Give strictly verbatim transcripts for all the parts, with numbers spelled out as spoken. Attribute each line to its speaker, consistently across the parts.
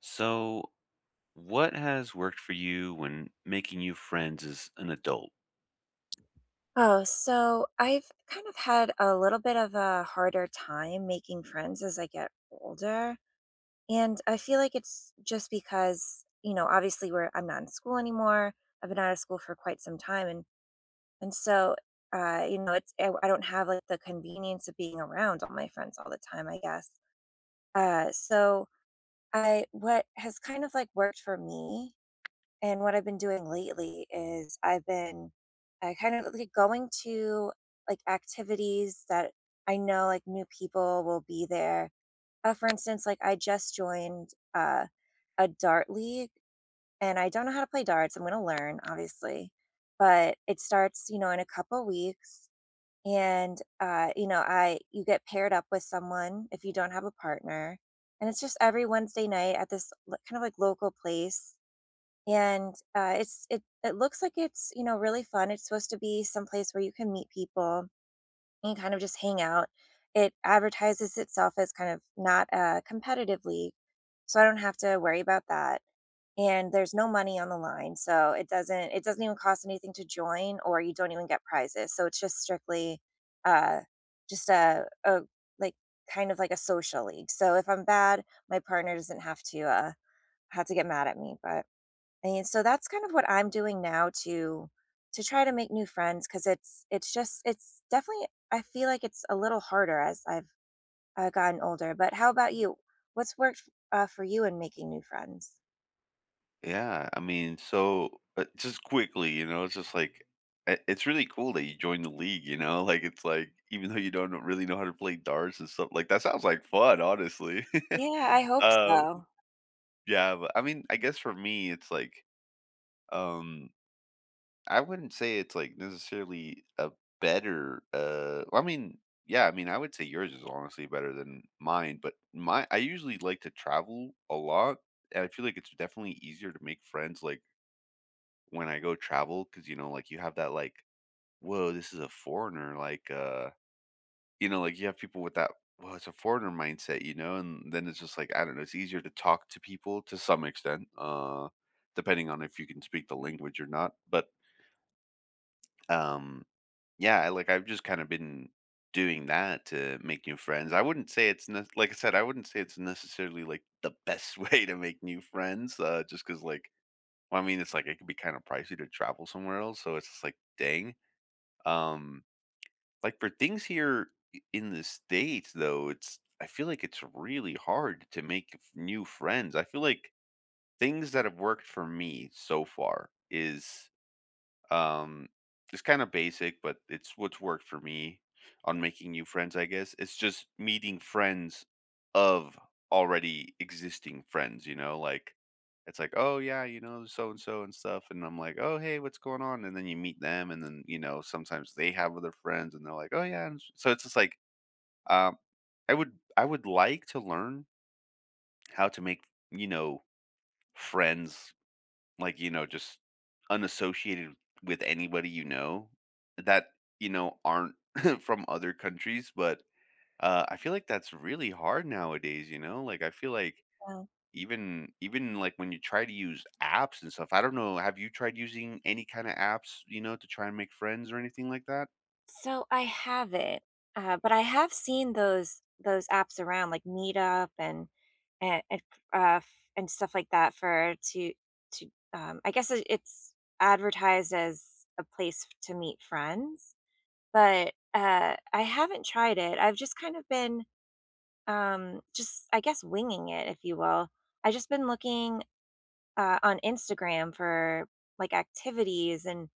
Speaker 1: So, what has worked for you when making new friends as an adult?
Speaker 2: Oh, so I've kind of had a little bit of a harder time making friends as I get older. And I feel like it's just because, you know, obviously we're I'm not in school anymore. I've been out of school for quite some time and and so uh, you know, it's I, I don't have like the convenience of being around all my friends all the time, I guess. Uh, so I what has kind of like worked for me and what I've been doing lately is I've been I kind of like going to like activities that I know like new people will be there. Uh, for instance, like I just joined uh, a dart league, and I don't know how to play darts. I'm going to learn, obviously, but it starts, you know, in a couple weeks. And uh, you know, I you get paired up with someone if you don't have a partner, and it's just every Wednesday night at this lo- kind of like local place. And uh, it's it it looks like it's, you know, really fun. It's supposed to be someplace where you can meet people and kind of just hang out. It advertises itself as kind of not a competitive league, so I don't have to worry about that. And there's no money on the line, so it doesn't it doesn't even cost anything to join, or you don't even get prizes. So it's just strictly uh, just a, a like kind of like a social league. So if I'm bad, my partner doesn't have to uh, have to get mad at me, but. And so that's kind of what I'm doing now to to try to make new friends because it's it's just it's definitely I feel like it's a little harder as I've uh, gotten older. But how about you? What's worked uh, for you in making new friends?
Speaker 1: Yeah, I mean, so uh, just quickly, you know, it's just like i- it's really cool that you joined the league, you know? Like it's like even though you don't really know how to play darts and stuff, like that sounds like fun, honestly.
Speaker 2: Yeah, I hope
Speaker 1: uh,
Speaker 2: so.
Speaker 1: yeah, but I mean, I guess for me it's like um I wouldn't say it's, like, necessarily a better, uh well, I mean, yeah, I mean, I would say yours is honestly better than mine, but my I usually like to travel a lot, and I feel like it's definitely easier to make friends, like, when I go travel because you know, like, you have that, like, "Whoa, this is a foreigner," like, uh you know, like, you have people with that, "Well, it's a foreigner mindset," you know, and then it's just, like, I don't know, it's easier to talk to people to some extent, uh, depending on if you can speak the language or not, but Um, yeah, I like I've just kind of been doing that to make new friends. I wouldn't say it's ne- like I said, I wouldn't say it's necessarily like the best way to make new friends, uh, just because like well, I mean, it's like it could be kind of pricey to travel somewhere else, so it's just like dang. Um, like for things here i- in the states, though, it's I feel like it's really hard to make f- new friends. I feel like things that have worked for me so far is um, it's kind of basic, but it's what's worked for me on making new friends, I guess. It's just meeting friends of already existing friends, you know, like it's like, oh yeah, you know, so and so and stuff. And I'm like, oh hey, what's going on? And then you meet them, and then you know, sometimes they have other friends and they're like, oh yeah. And s- so it's just like um I would I would like to learn how to make, you know, friends like, you know, just unassociated with anybody you know that, you know, aren't from other countries, but, uh, I feel like that's really hard nowadays, you know? Like, I feel like
Speaker 2: Yeah.
Speaker 1: even even, like, when you try to use apps and stuff, I don't know, have you tried using any kinda apps, you know, to try and make friends or anything like that?
Speaker 2: So I haven't, uh, but I have seen those those apps around like Meetup and and and, uh, and stuff like that for to to um, I guess it- it's advertised as a place to meet friends. But, uh, I haven't tried it. I've just kind of been, um, just, I guess, winging it, if you will. I have just been looking, uh, on Instagram for, like, activities and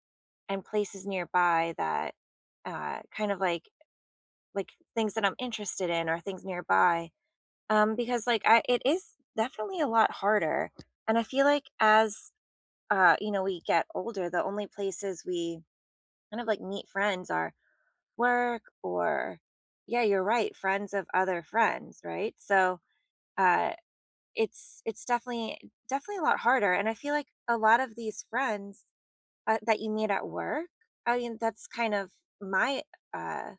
Speaker 2: and places nearby that, uh, kind of like like things that I'm interested in or things nearby, um, because, like, I it is definitely a lot harder, and I feel like as, uh, you know, we get older, the only places we kind of, like, meet friends are work or yeah, you're right, friends of other friends, right? So uh it's it's definitely definitely a lot harder. And I feel like a lot of these friends uh, that you meet at work, I mean, that's kind of my uh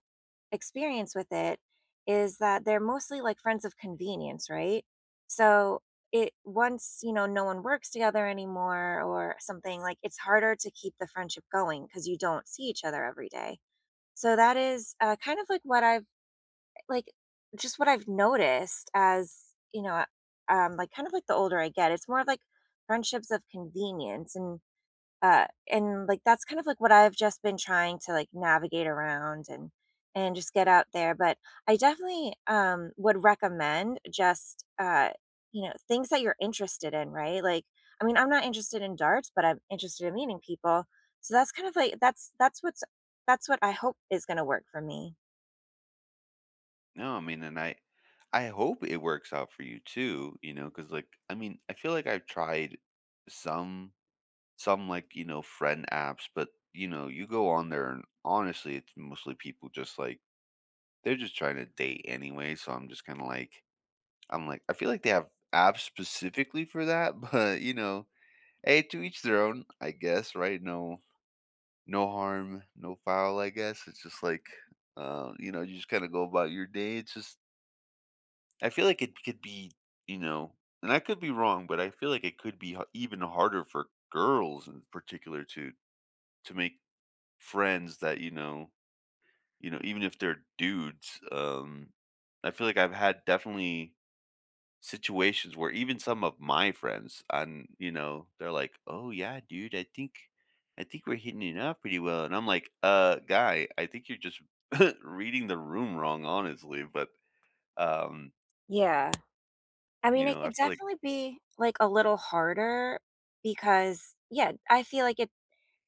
Speaker 2: experience with it is that they're mostly like friends of convenience, right? So it once, you know, no one works together anymore or something, like it's harder to keep the friendship going because you don't see each other every day. So that is, uh, kind of like what I've like, just what I've noticed as, you know, um, like kind of like the older I get, it's more of like friendships of convenience, and uh, and like that's kind of like what I've just been trying to like navigate around and and just get out there. But I definitely um would recommend just uh you know, things that you're interested in, right? Like I mean, I'm not interested in darts, but I'm interested in meeting people. So that's kind of like that's that's what's that's what I hope is going to work for me.
Speaker 1: No, I mean, and I I hope it works out for you too, you know, because like, I mean, I feel like I've tried some some like, you know, friend apps, but you know, you go on there and honestly, it's mostly people just like they're just trying to date anyway, so I'm just kind of like I'm like I feel like they have apps specifically for that, but you know, hey, to each their own, I guess, right? No, no harm, no foul, I guess. It's just like uh, you know, you just kind of go about your day. It's just I feel like it could be, you know, and I could be wrong, but I feel like it could be h- even harder for girls in particular to to make friends that, you know you know, even if they're dudes, um, I feel like I've had definitely situations where even some of my friends and, you know, they're like, "Oh, yeah, dude, I think I think we're hitting it up pretty well." And I'm like, "Uh, guy, I think you're just reading the room wrong, honestly." But, um,
Speaker 2: Yeah. I
Speaker 1: you
Speaker 2: mean, it
Speaker 1: know, I
Speaker 2: could
Speaker 1: feel like
Speaker 2: definitely be like a little harder because yeah, I feel like it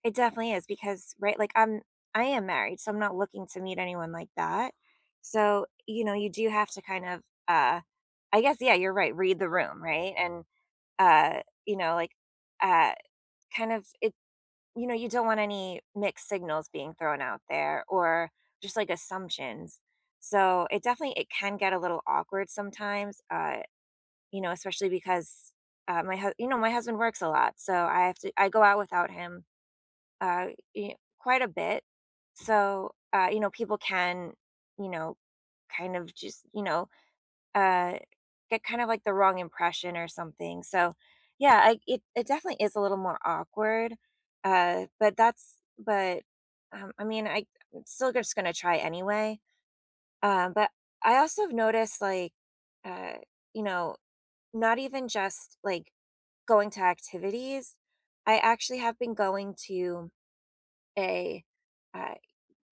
Speaker 2: It definitely is because right, like I'm I am married, so I'm not looking to meet anyone like that. So, you know, you do have to kind of uh I guess yeah, you're right, read the room, right? And uh, you know, like uh kind of it you know, you don't want any mixed signals being thrown out there or just like assumptions. So, it definitely it can get a little awkward sometimes. Uh, you know, especially because uh, my hu- you know, my husband works a lot, so I have to I go out without him uh, y quite a bit. So, uh, you know, people can, you know, kind of just, you know, uh, get kind of like the wrong impression or something. So, yeah, I, it it definitely is a little more awkward. Uh, but that's but um, I mean, I I'm still just gonna try anyway. Um, but I also have noticed like, uh, you know, not even just like going to activities. I actually have been going to a uh,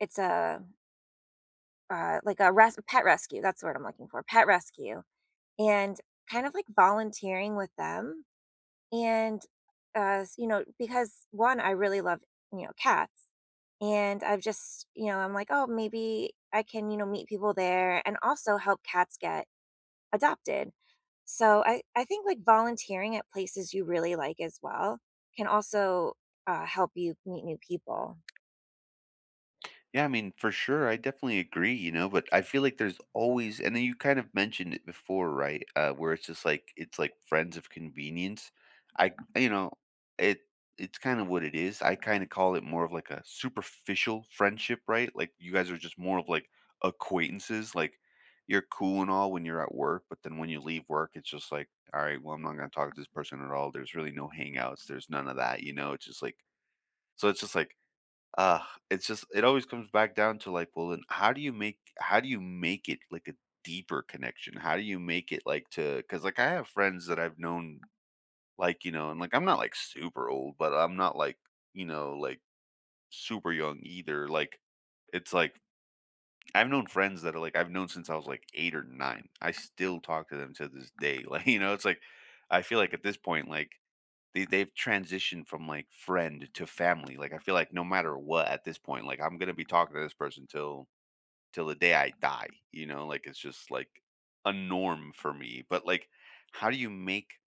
Speaker 2: it's a, uh, like a res pet rescue, that's what I'm looking for, pet rescue, and kind of like volunteering with them, and, uh, s you know, because one, I really love, you know, cats, and I've just, you know, I'm like, "Oh, maybe I can, you know, meet people there and also help cats get adopted." So I I think, like, volunteering at places you really like as well can also, uh, help you meet new people.
Speaker 1: Yeah, I mean, for sure, I definitely agree, you know, but I feel like there's always and then you kind of mentioned it before, right? Uh, where it's just like it's like friends of convenience. I you know, it it's kind of what it is. I kind of call it more of like a superficial friendship, right? Like you guys are just more of like acquaintances, like you're cool and all when you're at work, but then when you leave work, it's just like, all right, well, I'm not gonna talk to this person at all. There's really no hangouts, there's none of that, you know, it's just like so it's just like Ugh, it's just it always comes back down to, like, well, then how do you make how do you make it, like, a deeper connection? How do you make it, like, to because like, I have friends that I've known, like, you know and, like, I'm not, like, super old, but I'm not, like, you know, like, super young either, like, it's like I've known friends that are, like I've known since I was, like, eight or nine. I still talk to them to this day, like, you know, it's like I feel like at this point, like they they've transitioned from, like, friend to family, like, I feel like no matter what at this point, like, I'm gonna be talking to this person till till the day I die, you know, like, it's just, like, a norm for me, but, like, how do you make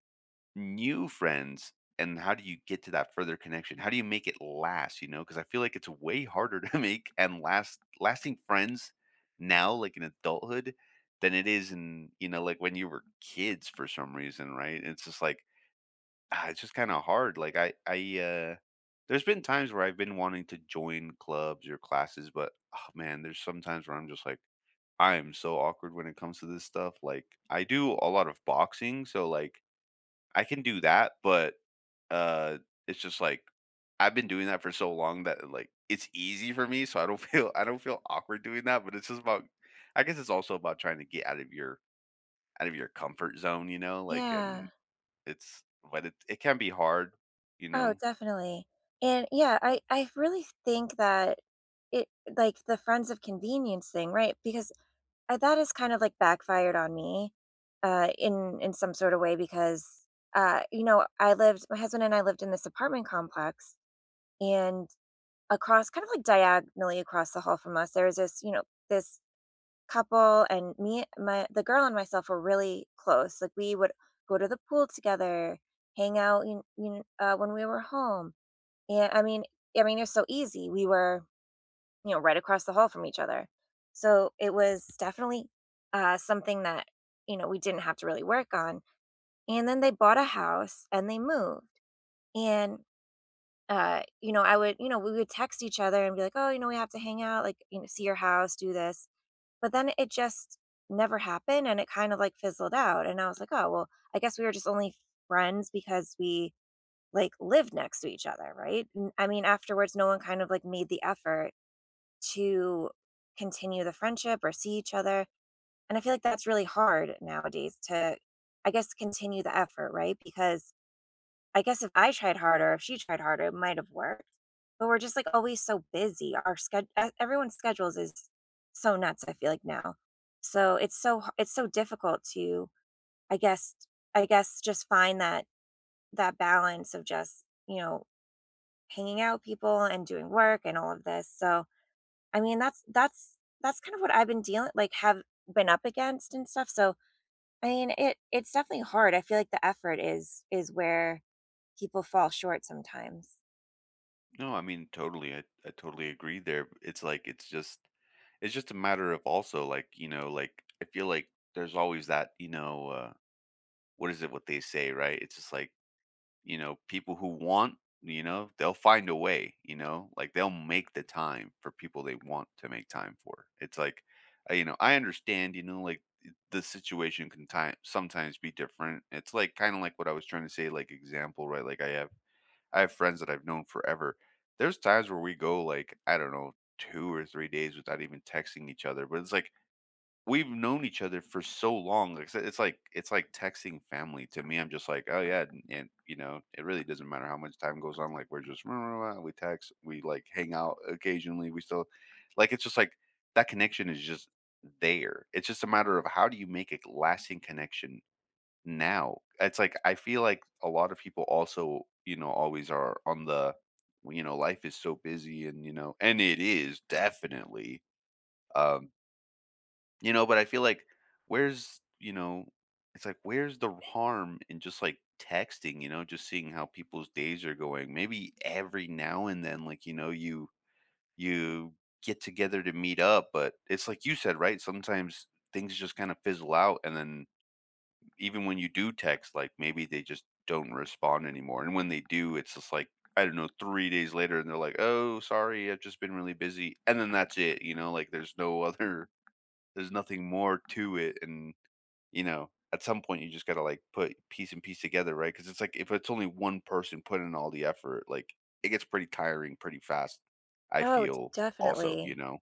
Speaker 1: new friends, and how do you get to that further connection? How do you make it last, you know, because I feel like it's way harder to make and last lasting friends now, like, in adulthood than it is in, you know, like, when you were kids for some reason, right? It's just like, Ah, it's just kinda hard, like, I I, uh there's been times where I've been wanting to join clubs or classes, but, oh, man, there's some times where I'm just like, I am so awkward when it comes to this stuff, like, I do a lot of boxing, so, like, I can do that, but, uh, it's just like, I've been doing that for so long that, like, it's easy for me, so I don't feel I don't feel awkward doing that, but it's just about I guess it's also about trying to get out of your out of your comfort zone, you know, like,
Speaker 2: Yeah.
Speaker 1: and it's but it it can be hard, you
Speaker 2: Oh,
Speaker 1: know?
Speaker 2: definitely. And yeah, I I really think that it like the friends of convenience thing, right? Because uh, that has kind of like backfired on me uh in in some sort of way because uh you know, I lived my husband and I lived in this apartment complex, and across kind of like diagonally across the hall from us there was this, you know, this couple, and me my the girl and myself were really close. Like we would go to the pool together, hang out, you, you know, uh, when we were home, yeah, I mean, I mean, it was so easy. We were, you know, right across the hall from each other. So it was definitely, uh, something that, you know, we didn't have to really work on. And then they bought a house and they moved. And, uh, you know, I would, you know, we would text each other and be like, oh, you know, we have to hang out, like, you know, see your house, do this. But then it just never happened and it kind of like fizzled out. And I was like, oh, well, I guess we were just only friends because we like live next to each other, right? N- I mean, afterwards, no one kind of like made the effort to continue the friendship or see each other. And I feel like that's really hard nowadays to, I guess, continue the effort, right? Because I guess if I tried harder, if she tried harder, it might have worked. But we're just like always so busy. Our schedule, everyone's schedules is so nuts. I feel like now, so it's so h- it's so difficult to, I guess, I guess, just find that that balance of just, you know, hanging out with people and doing work and all of this. So, I mean, that's that's that's kind of what I've been dealing like have been up against and stuff. So, I mean, it it's definitely hard. I feel like the effort is is where people fall short sometimes.
Speaker 1: No, I mean, totally. I, I totally agree there. It's like it's just it's just a matter of also like, you know, like I feel like there's always that, you know, uh what is it what they say, right? It's just like, you know, people who want, you know, they'll find a way, you know? Like they'll make the time for people they want to make time for. It's like uh, you know, I understand, you know, like it- the situation can time sometimes be different. It's like kind of like what I was trying to say like example, right? Like I have I have friends that I've known forever. There's times where we go like, I don't know, two or three days without even texting each other, but it's like we've known each other for so long. Like, so it's like it's like texting family to me. I'm just like, "Oh yeah," and, and, you know, it really doesn't matter how much time goes on. Like we're just we text, we like hang out occasionally. We still like it's just like that connection is just there. It's just a matter of how do you make a lasting connection now, it's like, I feel like a lot of people also, you know, always are on the, well, you know, life is so busy and, you know, and it is definitely, um, you know, but I feel like where's, you know, it's like, where's the harm in just like texting, you know, just seeing how people's days are going. Maybe every now and then, like, you know, you, you get together to meet up, but it's like you said, right? Sometimes things just kind of fizzle out and then even when you do text, like, maybe they just don't respond anymore, and when they do, it's just like, I don't know, three days later, and they're like, "Oh, sorry, I've just been really busy," and then that's it, you know, like, there's no other there's nothing more to it, and, you know, at some point, you just gotta, like, put piece and piece together, right? Because it's like, if it's only one person putting in all the effort, like, it gets pretty tiring pretty fast, I
Speaker 2: Oh, d-
Speaker 1: feel also, you
Speaker 2: definitely.
Speaker 1: know?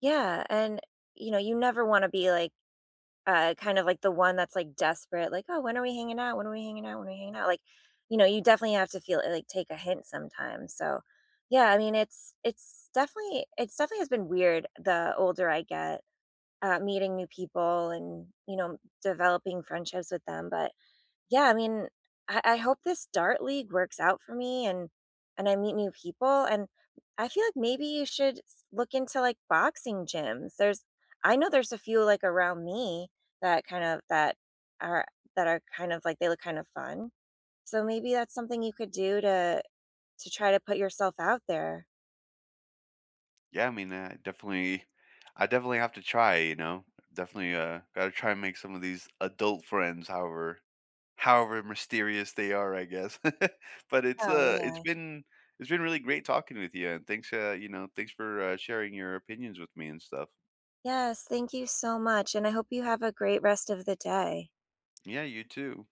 Speaker 2: Yeah, and you know, you never want to be like Uh, kind of like the one that's, like, desperate, like, "Oh, when are we hanging out? When are we hanging out? When are we hanging out?" Like, you know, you definitely have to feel like, take a hint sometimes, so, yeah, I mean, it's it's definitely it's definitely has been weird the older I get, uh, meeting new people and, you know, developing friendships with them, but yeah, I mean, I, I hope this dart league works out for me, and and I meet new people. And I feel like maybe you should s- look into like boxing gyms. There's I know there's a few like around me that kind of that are that are kind of like they look kind of fun. So maybe that's something you could do to to try to put yourself out there.
Speaker 1: Yeah, I mean, I definitely I definitely have to try, you know? Definitely, uh, gotta try and make some of these adult friends, however however mysterious they are, I guess. But it's,
Speaker 2: Oh
Speaker 1: uh it's
Speaker 2: yeah.
Speaker 1: been it's been really great talking with you, and thanks, uh, you know, thanks for, uh, sharing your opinions with me and stuff.
Speaker 2: Yes, thank you so much. And I hope you have a great rest of the day.
Speaker 1: Yeah, you too.